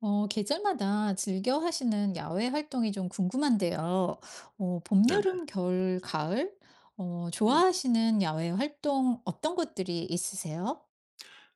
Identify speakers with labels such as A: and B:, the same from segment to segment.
A: 계절마다 즐겨 하시는 야외 활동이 좀 궁금한데요. 봄,
B: 네네.
A: 여름, 겨울, 가을?
B: 음.
A: 좋아하시는 야외 활동 어떤 것들이 있으세요?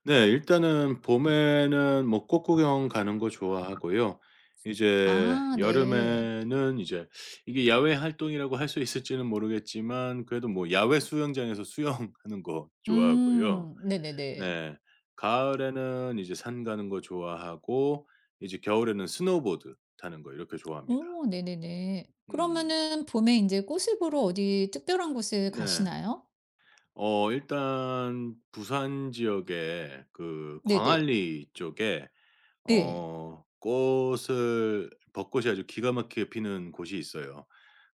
B: 네 일단은 봄에는 뭐 꽃구경 가는 거 좋아하고요. 이제
A: 아, 네.
B: 여름에는 이제 이게 야외 활동이라고 할 수 있을지는 모르겠지만 그래도 뭐 야외 수영장에서 수영하는 거 좋아하고요.
A: 네네네.
B: 네. 가을에는 이제 산 가는 거 좋아하고 이제 겨울에는 스노보드 타는 거 이렇게 좋아합니다.
A: 오, 네네네.
B: 음.
A: 그러면은 봄에 이제 꽃을 보러 어디 특별한 곳에
B: 네.
A: 가시나요?
B: 어 일단 부산 지역에 그
A: 네네.
B: 광안리 쪽에
A: 네.
B: 어 꽃을 벚꽃이 아주 기가 막히게 피는 곳이 있어요.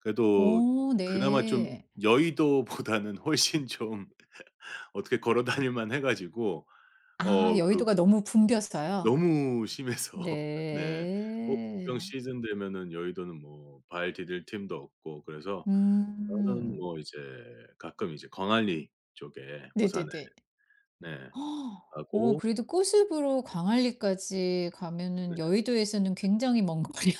B: 그래도
A: 오,
B: 그나마 좀
A: 네.
B: 여의도보다는 훨씬 좀 어떻게 걸어 다닐 만해 가지고
A: 아,
B: 어 그
A: 여의도가 너무 붐볐어요.
B: 너무 심해서 네 꽃
A: 네.
B: 병 시즌 되면은 여의도는 뭐 발 디딜 틈도 없고 그래서 저는
A: 음.
B: 뭐 이제 가끔 이제 광안리 쪽에 부산에
A: 네네네.
B: 네
A: 허! 오
B: 가고 네.
A: 그래도 꼬습으로 광안리까지 가면은 여의도에서는 굉장히 먼 거리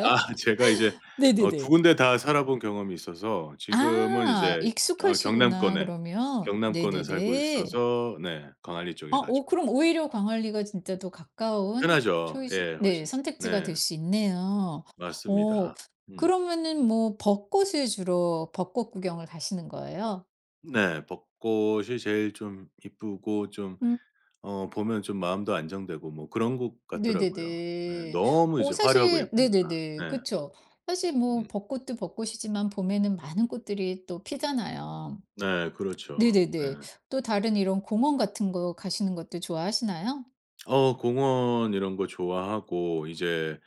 B: 아 제가 이제 어 두
A: 네네네.
B: 군데 다 살아본 경험이 있어서 지금은
A: 아
B: 이제 어
A: 익숙하시구나
B: 경남권에,
A: 그러면.
B: 경남권에 살고
A: 네네네.
B: 있어서 네 광안리 쪽에
A: 아
B: 가죠.
A: 오 그럼 오히려 광안리가 진짜 더 가까운
B: 편하죠.
A: 초이스
B: 예
A: 네
B: 훨씬.
A: 선택지가
B: 네
A: 될 수 있네요. 어
B: 맞습니다. 음.
A: 그러면은 뭐 벚꽃을 주로 벚꽃 구경을 가시는 거예요?
B: 네 벚꽃이 제일 좀 이쁘고 좀
A: 음.
B: 어 보면 좀 마음도 안정되고 뭐 그런 것 같더라고요. 네
A: 네네네.
B: 너무
A: 어
B: 이제 화려하고
A: 사실
B: 예쁘니까.
A: 네네네.
B: 네.
A: 그쵸. 사실 뭐
B: 음.
A: 벚꽃도 벚꽃이지만 봄에는 많은 꽃들이 또 피잖아요.
B: 네 그렇죠.
A: 네네네.
B: 네.
A: 또 다른 이런 공원 같은 거 가시는 것도 좋아하시나요?
B: 어 공원 이런 거 좋아하고 이제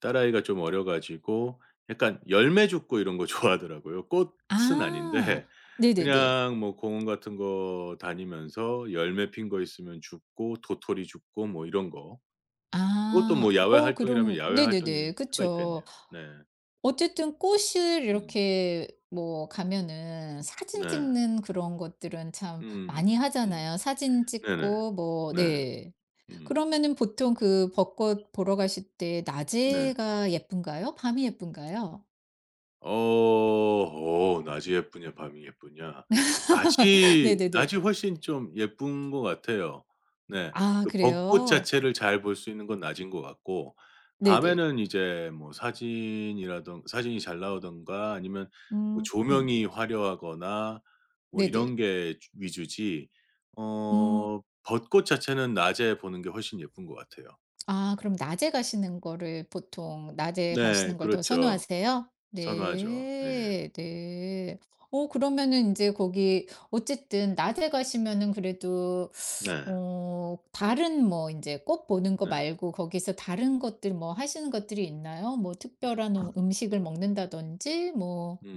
B: 딸아이가 좀 어려 가지고 약간 열매 죽고 이런 거 좋아하더라고요. 꽃은 아닌데
A: 아. 네네네.
B: 그냥 뭐 공원 같은 거 다니면서 열매 핀 거 있으면 줍고 도토리 줍고 뭐 이런 거. 그것도
A: 아.
B: 뭐 야외
A: 어
B: 활동이라면
A: 그럼
B: 야외 활동일
A: 네네네.
B: 수가 있겠네요.
A: 그쵸.
B: 네.
A: 어쨌든 꽃을
B: 음.
A: 이렇게 뭐 가면은 사진
B: 네.
A: 찍는 그런 것들은 참
B: 음.
A: 많이
B: 음.
A: 하잖아요. 사진
B: 네네.
A: 찍고 뭐
B: 네.
A: 네.
B: 음.
A: 그러면은 보통 그 벚꽃 보러 가실 때
B: 네.
A: 낮에가 예쁜가요? 밤이 예쁜가요?
B: 어 어 낮이 예쁘냐 밤이 예쁘냐. 낮이
A: 네네네.
B: 낮이 훨씬 좀 예쁜 것 같아요. 네.
A: 아
B: 그 벚꽃
A: 그래요?
B: 자체를 잘 볼 수 있는 건 낮인 것 같고
A: 네네.
B: 밤에는 이제 뭐 사진이라든 사진이 잘 나오든가 아니면 뭐
A: 음. 음.
B: 조명이 화려하거나 뭐
A: 네네.
B: 이런 게 주 위주지
A: 음.
B: 어 벚꽃 자체는 낮에 보는 게 훨씬 예쁜 것 같아요.
A: 아 그럼 낮에 가시는 거를 보통 낮에
B: 네.
A: 가시는 걸 더
B: 그렇죠.
A: 선호하세요?
B: 선호하죠. 네.
A: 네. 네. 어 그러면은 이제 거기 어쨌든 낮에 가시면은 그래도
B: 네.
A: 어 다른 뭐 이제 꽃 보는 거
B: 네.
A: 말고 거기서 다른 것들 뭐 하시는 것들이 있나요? 뭐 특별한 음식을 먹는다든지 뭐
B: 음.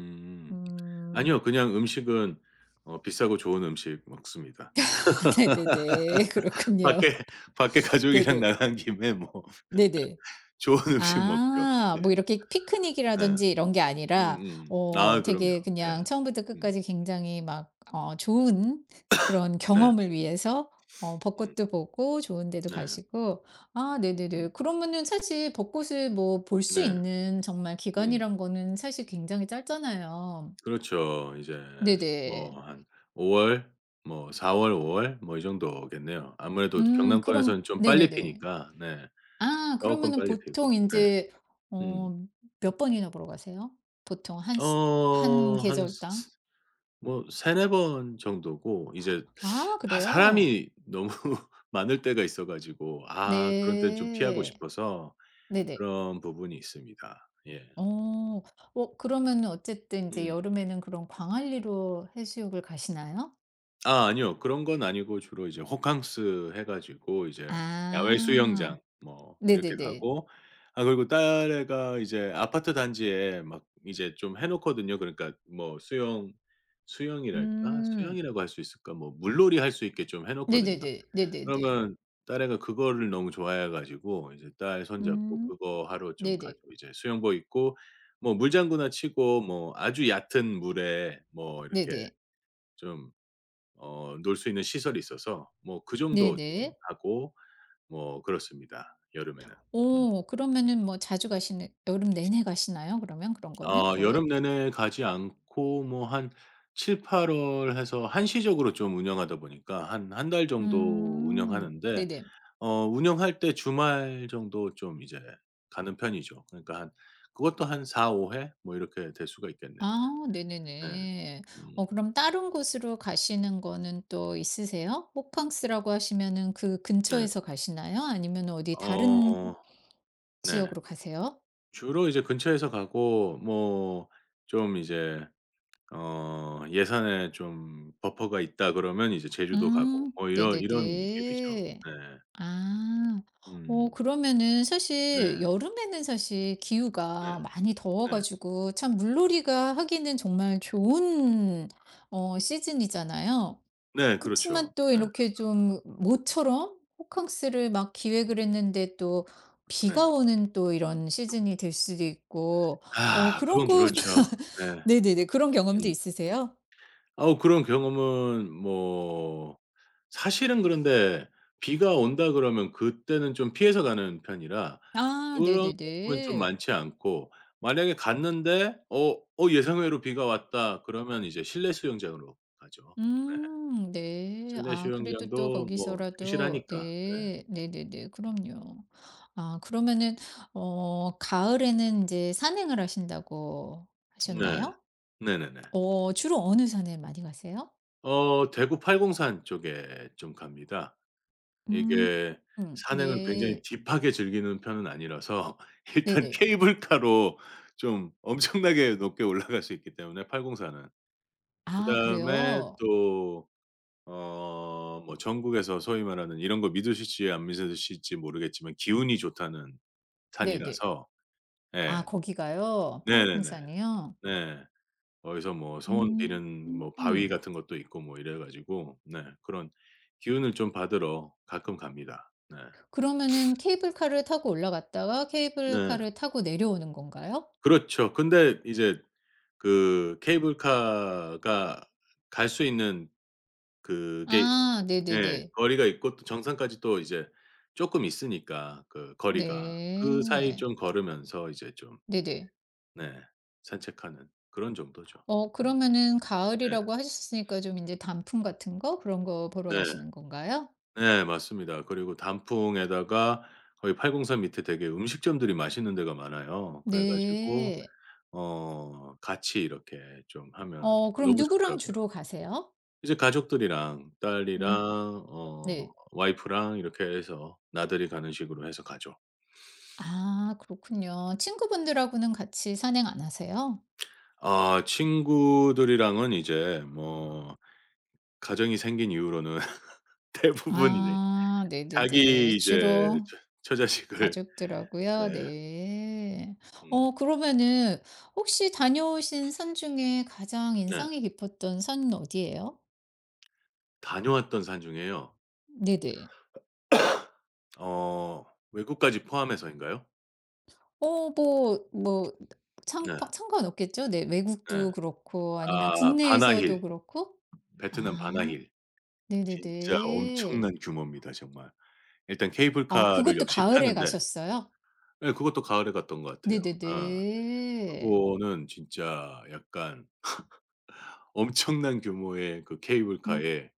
B: 음.
A: 음
B: 아니요. 그냥 음식은 어 비싸고 좋은 음식 먹습니다.
A: 네네네. 그렇군요.
B: 밖에 밖에 가족이랑
A: 네네.
B: 나간 김에 뭐
A: 네네.
B: 좋은 음식
A: 아
B: 먹죠. 네.
A: 뭐 이렇게
B: 네.
A: 피크닉이라든지 이런 게 아니라
B: 음음.
A: 어
B: 아 그럼요.
A: 되게
B: 네.
A: 그냥 처음부터
B: 음.
A: 끝까지 굉장히 막 어 좋은 그런
B: 네.
A: 경험을 위해서 어
B: 음.
A: 벚꽃도 보고 좋은 데도
B: 네.
A: 가시고 아
B: 음.
A: 네네네. 그러면은 사실 벚꽃을 뭐 볼 수
B: 네.
A: 있는 정말
B: 음.
A: 기간이란 거는 사실 굉장히 짧잖아요.
B: 그렇죠. 이제
A: 네네.
B: 뭐 한 5월 뭐 4 월, 5월 뭐 이 정도겠네요. 아무래도
A: 그럼
B: 경남권에서는 좀 빨리
A: 네네네.
B: 피니까 네.
A: 아
B: 쪼끔
A: 그러면은
B: 빨리 피고.
A: 보통 이
B: 네.
A: 제
B: 음.
A: 어 몇 번이나 보러 가세요? 보통 한
B: 어
A: 시 한
B: 한
A: 계절당?
B: 뭐 세네 번 정도고 이제
A: 아
B: 아
A: 그래요?
B: 사람이 너무 많을 때가 있어 가지고 아 그런 때는 좀 피하고
A: 네.
B: 싶어서
A: 네네.
B: 그런 부분이 있습니다. 예.
A: 어. 어 그러면은 어쨌든 이제
B: 음.
A: 여름에는 그런 광안리로 해수욕을 가시나요?
B: 아 아니요. 그런 건 아니고 주로 이제 호캉스 해 가지고 이제 야외
A: 아.
B: 수영장 뭐 이렇게
A: 네네네.
B: 가고 아 그리고 딸애가 이제 아파트 단지에 막 이제 좀 해 놓거든요. 그러니까 뭐 수영 수영이랄까?
A: 음.
B: 수영이라고 할 수 있을까? 뭐 물놀이 할 수 있게 좀 해 놓거든요.
A: 네네네. 네네네.
B: 그러면 딸애가 그거를 너무 좋아해 가지고 이제 딸 손잡고
A: 음.
B: 그거 하러 좀 가죠.
A: 네네.
B: 이제 수영복 입고 뭐 물장구나 치고 뭐 아주 얕은 물에 뭐 이렇게
A: 네네.
B: 좀 어 놀 수 있는 시설이 있어서 뭐 그 정도
A: 네네.
B: 좀 하고 뭐 그렇습니다, 여름에는. 음.
A: 오 그러면은 뭐 자주 가시는 여름 내내 가시나요? 그러면 그런 거는
B: 어 여름
A: 거의?
B: 내내 가지 않고 뭐 한 7-8월 해서 한시적으로 좀 운영하다 보니까 한 한 달 정도
A: 음.
B: 운영하는데
A: 네네.
B: 어 운영할 때 주말 정도 좀 이제 가는 편이죠. 그러니까 한 그것도 한 4-5회 뭐 이렇게 될 수가 있겠네요.
A: 아
B: 네.
A: 네네네.
B: 음
A: 어 그럼 다른 곳으로 가시는 거는 또 있으세요? 호캉스라고 하시면은 그
B: 네.
A: 근처에서 가시나요? 아니면 어디 다른
B: 어 네.
A: 지역으로 가세요?
B: 주로 이제 근처에서 가고 뭐 좀 이제 어 예산에 좀 버퍼가 있다 그러면 이제 제주도 가고 뭐 이런 이런 느낌이죠.
A: 네네네.
B: 네.
A: 아. 어
B: 음.
A: 그러면은 사실
B: 네.
A: 여름에는 사실
B: 네.
A: 기후가 많이 더워
B: 네.
A: 가지고 참 물놀이가 하기는 정말 좋은 어 시즌이잖아요.
B: 네.
A: 그치만
B: 그렇죠.
A: 또
B: 네.
A: 이렇게 좀 모처럼 호캉스를 막 기획을 했는데 또
B: 네.
A: 비가 오는 또 이런 시즌이 될 수도 있고 어
B: 아
A: 그런
B: 그건
A: 거
B: 그렇죠. 네.
A: 네네네. 그런 경험도
B: 음.
A: 있으세요?
B: 아우 그런 경험은 뭐 사실은 그런데 비가 온다 그러면 그때는 좀 피해서 가는 편이라
A: 아
B: 그런 경험은 좀
A: 네네네.
B: 많지 않고 만약에 갔는데 어 어 예상외로 비가 왔다 그러면 이제 실내 수영장으로 가죠. 네.
A: 네.
B: 실내
A: 아 그래도 또
B: 수영장도 뭐
A: 거기서라도
B: 충실하니까.
A: 네. 네네네. 그럼요. 아 그러면은 어 가을에는 이제 산행을 하신다고
B: 네. 네.
A: 하셨나요?
B: 네네네.
A: 어 주로 어느 산에 많이 가세요?
B: 어 대구 팔공산 쪽에 좀 갑니다.
A: 음.
B: 이게 산행을 굉장히
A: 네.
B: 딥하게 즐기는 편은 아니라서 일단
A: 네네.
B: 케이블카로 좀 엄청나게 높게 올라갈 수 있기 때문에 팔공산은.
A: 아
B: 그다음에
A: 그래요?
B: 또 어 뭐 전국에서 소위 말하는 이런 거 믿으실지 안 믿으실지 모르겠지만 기운이 좋다는
A: 네네.
B: 산이라서
A: 아
B: 예.
A: 거기가요? 팔공
B: 네네네.
A: 산이요
B: 네. 거기서 뭐 소원
A: 음.
B: 비는 뭐 바위 같은 것도 있고 뭐 이래 가지고 네 그런 기운을 좀 받으러 가끔 갑니다. 네.
A: 그러면은 케이블카를 타고 올라갔다가
B: 네.
A: 케이블카를 타고 내려오는 건가요?
B: 그렇죠. 근데 이제 그 케이블카가 갈 수 있는 그게
A: 아
B: 예
A: 네네네.
B: 거리가 있고 또 정상까지 또 이제 쪼끔 있으니까 그 거리가. 그 사이
A: 네.
B: 좀 걸으면서 이제 좀
A: 네네.
B: 네 산책하는 그런 정도죠.
A: 어
B: 음
A: 그러면은
B: 네.
A: 가을이라고 하셨으니까 좀 이제 단풍 같은 거 그런 거 보러
B: 네.
A: 가시는 건가요?
B: 네 맞습니다. 그리고 단풍에다가 거기 803 밑에 되게 음식점들이 맛있는 데가 많아요. 그래 가지고
A: 네.
B: 어 같이 이렇게 좀 하면
A: 어 그럼
B: 너무
A: 누구랑
B: 좋더라고요.
A: 주로 가세요?
B: 이제 가족들이랑
A: 음
B: 딸이랑
A: 네.
B: 어 와이프랑 이렇게 해서 나들이 가는 식으로 해서 가죠.
A: 아 그렇군요. 친구분들하고는 같이 산행 안 하세요?
B: 아 친구들이랑은 이제 뭐 가정이 생긴 이후로는 대부분 이제
A: 아 네네네.
B: 자기 이제
A: 주로
B: 처 처자식을
A: 가족들하고요.
B: 네.
A: 네.
B: 음
A: 어 그러면은 혹시 다녀오신 산 중에 가장
B: 네.
A: 인상이 깊었던 산은 어디예요?
B: 다녀왔던 산 중에요.
A: 네네.
B: 어 외국까지 포함해서인가요?
A: 어 뭐 뭐 상
B: 네.
A: 상관없겠죠? 네.
B: 네.
A: 외국도 그렇고 아니면
B: 아 바나힐.
A: 국내에서도 그렇고?
B: 베트남
A: 아
B: 바나힐. 진짜
A: 네네네.
B: 엄청난 규모입니다 정말. 일단
A: 아
B: 케이블카를
A: 그것도
B: 역시
A: 가을에
B: 타는데
A: 가셨어요?
B: 예 그것도 가을에 갔던 것 같아요. 아
A: 네네네.
B: 그거는 진짜 약간 엄청난 규모의 그
A: 음
B: 케이블카에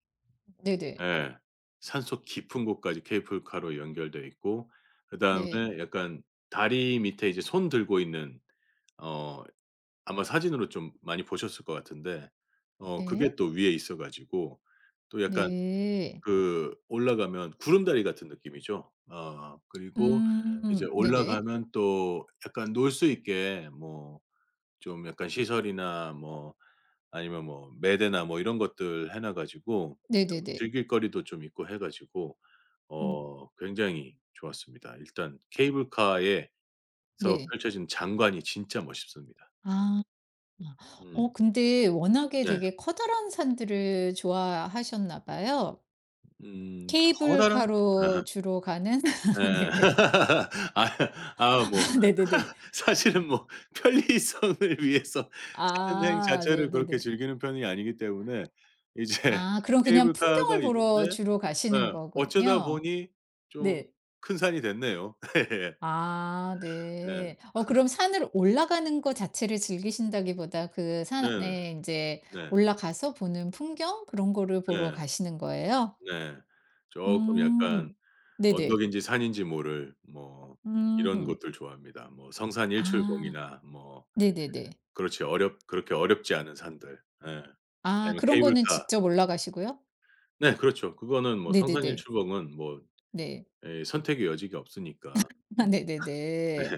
A: 네네.
B: 예 산속 깊은 곳까지 케이블카로 연결돼 있고 그다음에
A: 네.
B: 약간 다리 밑에 이제 손 들고 있는 어 아마 사진으로 좀 많이 보셨을 것 같은데 어 그게
A: 네.
B: 또 위에 있어 가지고 또 약간
A: 네.
B: 그 올라가면 구름다리 같은 느낌이죠. 어 그리고 이제
A: 네네.
B: 올라가면 또 약간 놀 수 있게 뭐 좀 약간 시설이나 뭐 아니면 뭐 매대나 뭐 이런 것들 해놔 가지고 좀
A: 네네네.
B: 즐길 거리도 좀 있고 해 가지고
A: 어
B: 어 굉장히 좋았습니다. 일단 케이블카에서
A: 네.
B: 펼쳐진 장관이 진짜 멋있습니다.
A: 아. 어
B: 음.
A: 근데 워낙에
B: 네.
A: 되게 커다란 산들을 좋아하셨나 봐요.
B: 커다란 아하.
A: 케이블카로 주로 가는
B: 예.
A: 네네.
B: 아 아 뭐
A: 네네네.
B: 사실은 뭐 편리성을 위해서 산행
A: 아
B: 자체를 그렇게
A: 네네네.
B: 즐기는 편이 아니기 때문에 이제
A: 아 그럼 그냥
B: 케이블카가
A: 풍경을
B: 있는데
A: 보러 주로 가시는
B: 예 어쩌다
A: 거군요.
B: 보니 좀
A: 네.
B: 큰 산이 됐네요. 예.
A: 아
B: 네.
A: 네. 어 그럼 산을 올라가는 거 자체를 즐기신다기보다 그
B: 네네.
A: 산에 이제
B: 네.
A: 올라가서 보는 풍경 그런 거를 보러
B: 예.
A: 가시는 거예요?
B: 네. 네. 조금
A: 음.
B: 약간
A: 네네.
B: 언덕인지 산인지 모를 뭐 이런
A: 음.
B: 곳들 좋아합니다. 뭐 성산
A: 아
B: 일출봉이나 뭐
A: 네네네.
B: 그렇지. 어렵 그렇게 어렵지 않은 산들. 예.
A: 아
B: 아니면
A: 그런 거는
B: 케이블카.
A: 직접 올라가시고요?
B: 네 그렇죠. 그거는 뭐
A: 네네네.
B: 성산일출봉은 뭐
A: 네.
B: 예 선택의 여지가 없으니까.
A: 아
B: 음 네.
A: 네네네.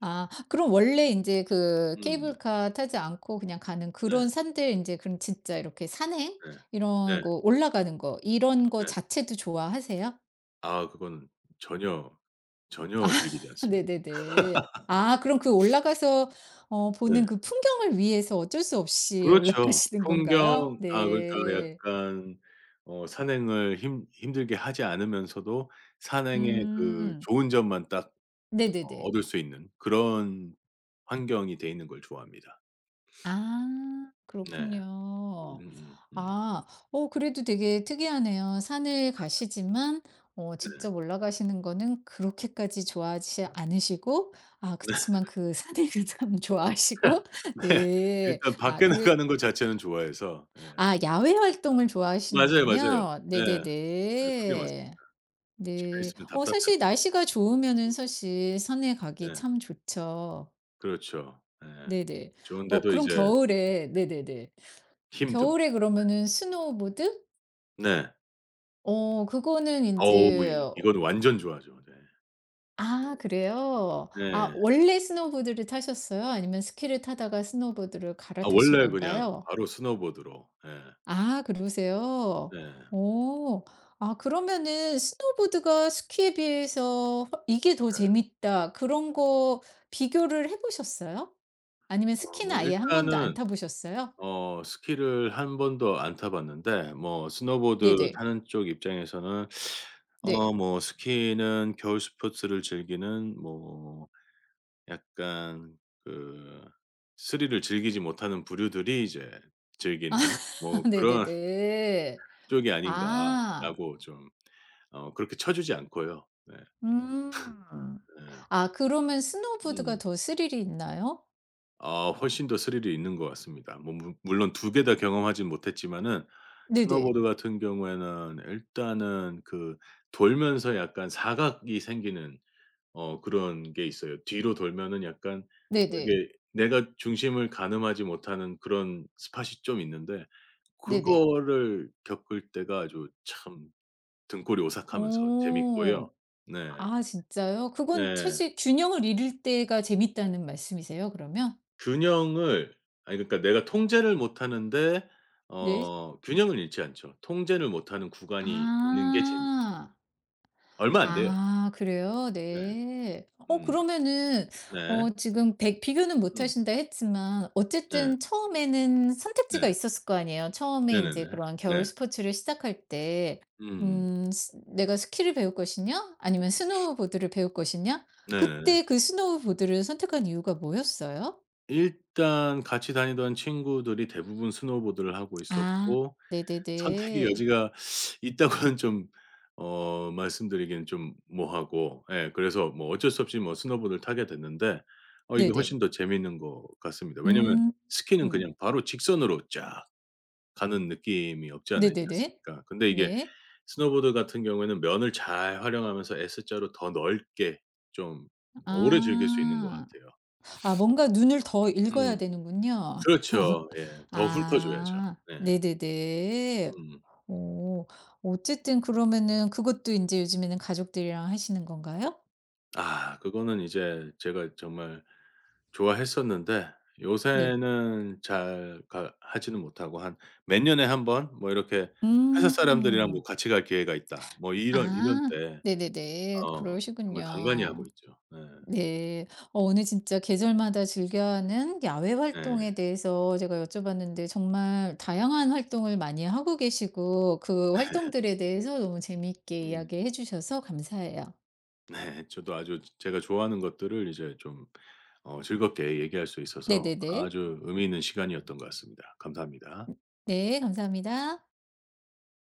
A: 아 그럼 원래 이제 그
B: 음
A: 케이블카 타지 않고 그냥 가는
B: 네.
A: 그런 산들 이제 그럼 진짜 이렇게 산행
B: 네.
A: 이런
B: 네.
A: 거 올라가는 거 이런 거
B: 네.
A: 자체도 좋아하세요?
B: 아 그건 전혀, 전혀 즐기지 않습니다.
A: 네네네. 아 그럼 그 올라가서 어
B: 네.
A: 보는 그 풍경을 위해서 어쩔 수 없이
B: 그렇죠.
A: 올라가시는 건가요?
B: 풍경 아 그러니까
A: 네.
B: 약간 어 산행을 힘 힘들게 하지 않으면서도 산행의 그
A: 음.
B: 좋은 점만 딱
A: 네네네.
B: 얻을 수 있는 그런 환경이 돼 있는 걸 좋아합니다.
A: 아
B: 네.
A: 그렇군요.
B: 음.
A: 아 어 그래도 되게 특이하네요. 산을 가시지만 어
B: 네.
A: 직접 올라가시는 거는 그렇게까지 좋아하지 않으시고 아 그치만 그 산을 참 좋아하시고
B: 네.
A: 네.
B: 일단
A: 아
B: 밖에
A: 그리
B: 나가는 것 자체는 좋아해서 예.
A: 아 야외 활동을
B: 맞아요, 맞아요.
A: 좋아하시는군요.
B: 예. 네 그게 맞습니다.
A: 네네네.
B: 집에
A: 네.
B: 있으면
A: 어 사실
B: 답답해서.
A: 날씨가 좋으면은 사실 산에 가기
B: 네.
A: 참 좋죠.
B: 그렇죠. 예.
A: 네네. 어
B: 좋은데도
A: 그럼
B: 이제
A: 겨울에 네네네.
B: 힘듦.
A: 겨울에 그러면은 스노우보드?
B: 네.
A: 어 그거는
B: 어우
A: 인제
B: 이 이건 완전 좋아하죠. 네.
A: 아 그래요? 아
B: 네.
A: 원래 스노우보드를 타셨어요? 아니면 스키를 타다가 스노우보드를
B: 아
A: 갈아타신
B: 원래 그냥
A: 건가요?
B: 바로 스노보드로. 예.
A: 아 그러세요?
B: 네.
A: 어. 아 그러면은 '스노우보드가 스키에 비해서 훨 이게 더
B: 네.
A: 재밌다.' 그런 거 비교를 해 보셨어요? 아니면
B: 어
A: 스키는
B: 뭐
A: 아예 한 번도 안
B: 일단은
A: 타 보셨어요?
B: 어 스키를 한 번도 안 타 봤는데 뭐 스노보드
A: 네네.
B: 타는 쪽 입장에서는 어
A: 네.
B: 뭐 스키는 겨울 스포츠를 즐기는 뭐 약간 그 스릴을 즐기지 못하는 부류들이 이제 즐기는
A: 아
B: 뭐 그런
A: 네네네.
B: 쪽이
A: 아.
B: 아닌가라고 좀 어 그렇게 쳐주지 않고요. 네.
A: 음.
B: 네.
A: 아 그러면 스노우보드가
B: 음.
A: 더 스릴이 있나요?
B: 아 훨씬 더 스릴이 있는 것 같습니다. 뭐 물론 두개 다 경험하진 못했지만은
A: 네네.
B: 스노보드 같은 경우에는 일단은 그 돌면서 약간 사각이 생기는 어 그런 게 있어요. 뒤로 돌면은 약간 어
A: 네네.
B: 이게 내가 중심을 가늠하지 못하는 그런 스팟이 좀 있는데
A: 네네.
B: 그거를 겪을 때가 아주 참 등골이 오싹하면서 재밌고요.
A: 오.
B: 네.
A: 아 진짜요? 그건
B: 네.
A: 사실 균형을 잃을 때가 재밌다는 말씀이세요 그러면?
B: 균형을 아니 그러니까 내가 통제를 못 하는데
A: 네.
B: 어 균형을 잃지 않죠. 통제를 못 하는 구간이 있는 게 재미
A: 아.
B: 얼마 안 돼요.
A: 아 그래요?
B: 네.
A: 네. 어
B: 음.
A: 그러면은
B: 네.
A: 어 지금 1 비교는 못
B: 음.
A: 하신다 했지만
B: 네.
A: 어쨌든 처음에는 선택지가
B: 네.
A: 있었을 거 아니에요. 처음에
B: 네
A: 이제
B: 네네.
A: 그런
B: 네.
A: 겨울 스포츠를 시작할 때
B: 음.
A: 스 '내가 스키를 배울 것이냐 아니면 스노우보드를 배울 것이냐.'
B: 네네 네.
A: 그때 그 스노우보드를 선택한 이유가 뭐였어요?
B: 일단 같이 다니던 친구들이 대부분 스노보드를 하고
A: 아
B: 있었고 선택의
A: 네네네.
B: 여지가 있다고는 좀 어 말씀드리기는 좀 뭐하고 예 그래서 뭐 어쩔 수 없이 뭐 스노보드를 타게 됐는데 어 이게
A: 네네.
B: 훨씬 더 재미있는 것 같습니다. 왜냐면
A: 음.
B: 스키는
A: 음.
B: 그냥 바로 직선으로 쫙 가는 느낌이 없지 않아 있지
A: 네네네.
B: 않습니까? 근데 이게
A: 네.
B: 스노보드 같은 경우에는 면을 잘 활용하면서 S자로 더 넓게 좀 오래 즐길 수 있는 것
A: 아.
B: 같아요.
A: 아 뭔가 눈을 더 읽어야
B: 음.
A: 되는군요.
B: 그렇죠. 예. 더 훑어줘야죠.
A: 아
B: 네.
A: 네네네.
B: 음.
A: 어. 어쨌든 그러면은 그것도 이제 요즘에는 가족들이랑 하시는 건가요?
B: 아 그거는 이제 제가 정말 좋아했었는데
A: 네.
B: 요새는 잘 가 하지는 못하고 한 몇 년에 한번 뭐 이렇게 '회사 사람들이랑 뭐
A: 음.
B: 같이 갈 기회가 있다.' 뭐 이런 이런
A: 아.
B: 때
A: 네네네.
B: 어 정말 간간히
A: 그러시군요.
B: 하고 있죠. 네.
A: 네. 어 오늘 진짜 계절마다 즐겨 하는 야외
B: 네.
A: 활동에 대해서 제가 여쭤봤는데 정말 다양한 활동을 많이 하고 계시고 그 활동들에 대해서 너무 재미있게
B: 음.
A: 이야기해 주셔서 감사해요.
B: 네. 저도 아주 제가 좋아하는 것들을 이제 좀 어 즐겁게 얘기할 수 있어서
A: 네네네.
B: 아주 의미 있는 시간이었던 것 같습니다. 감사합니다.
A: 네 감사합니다.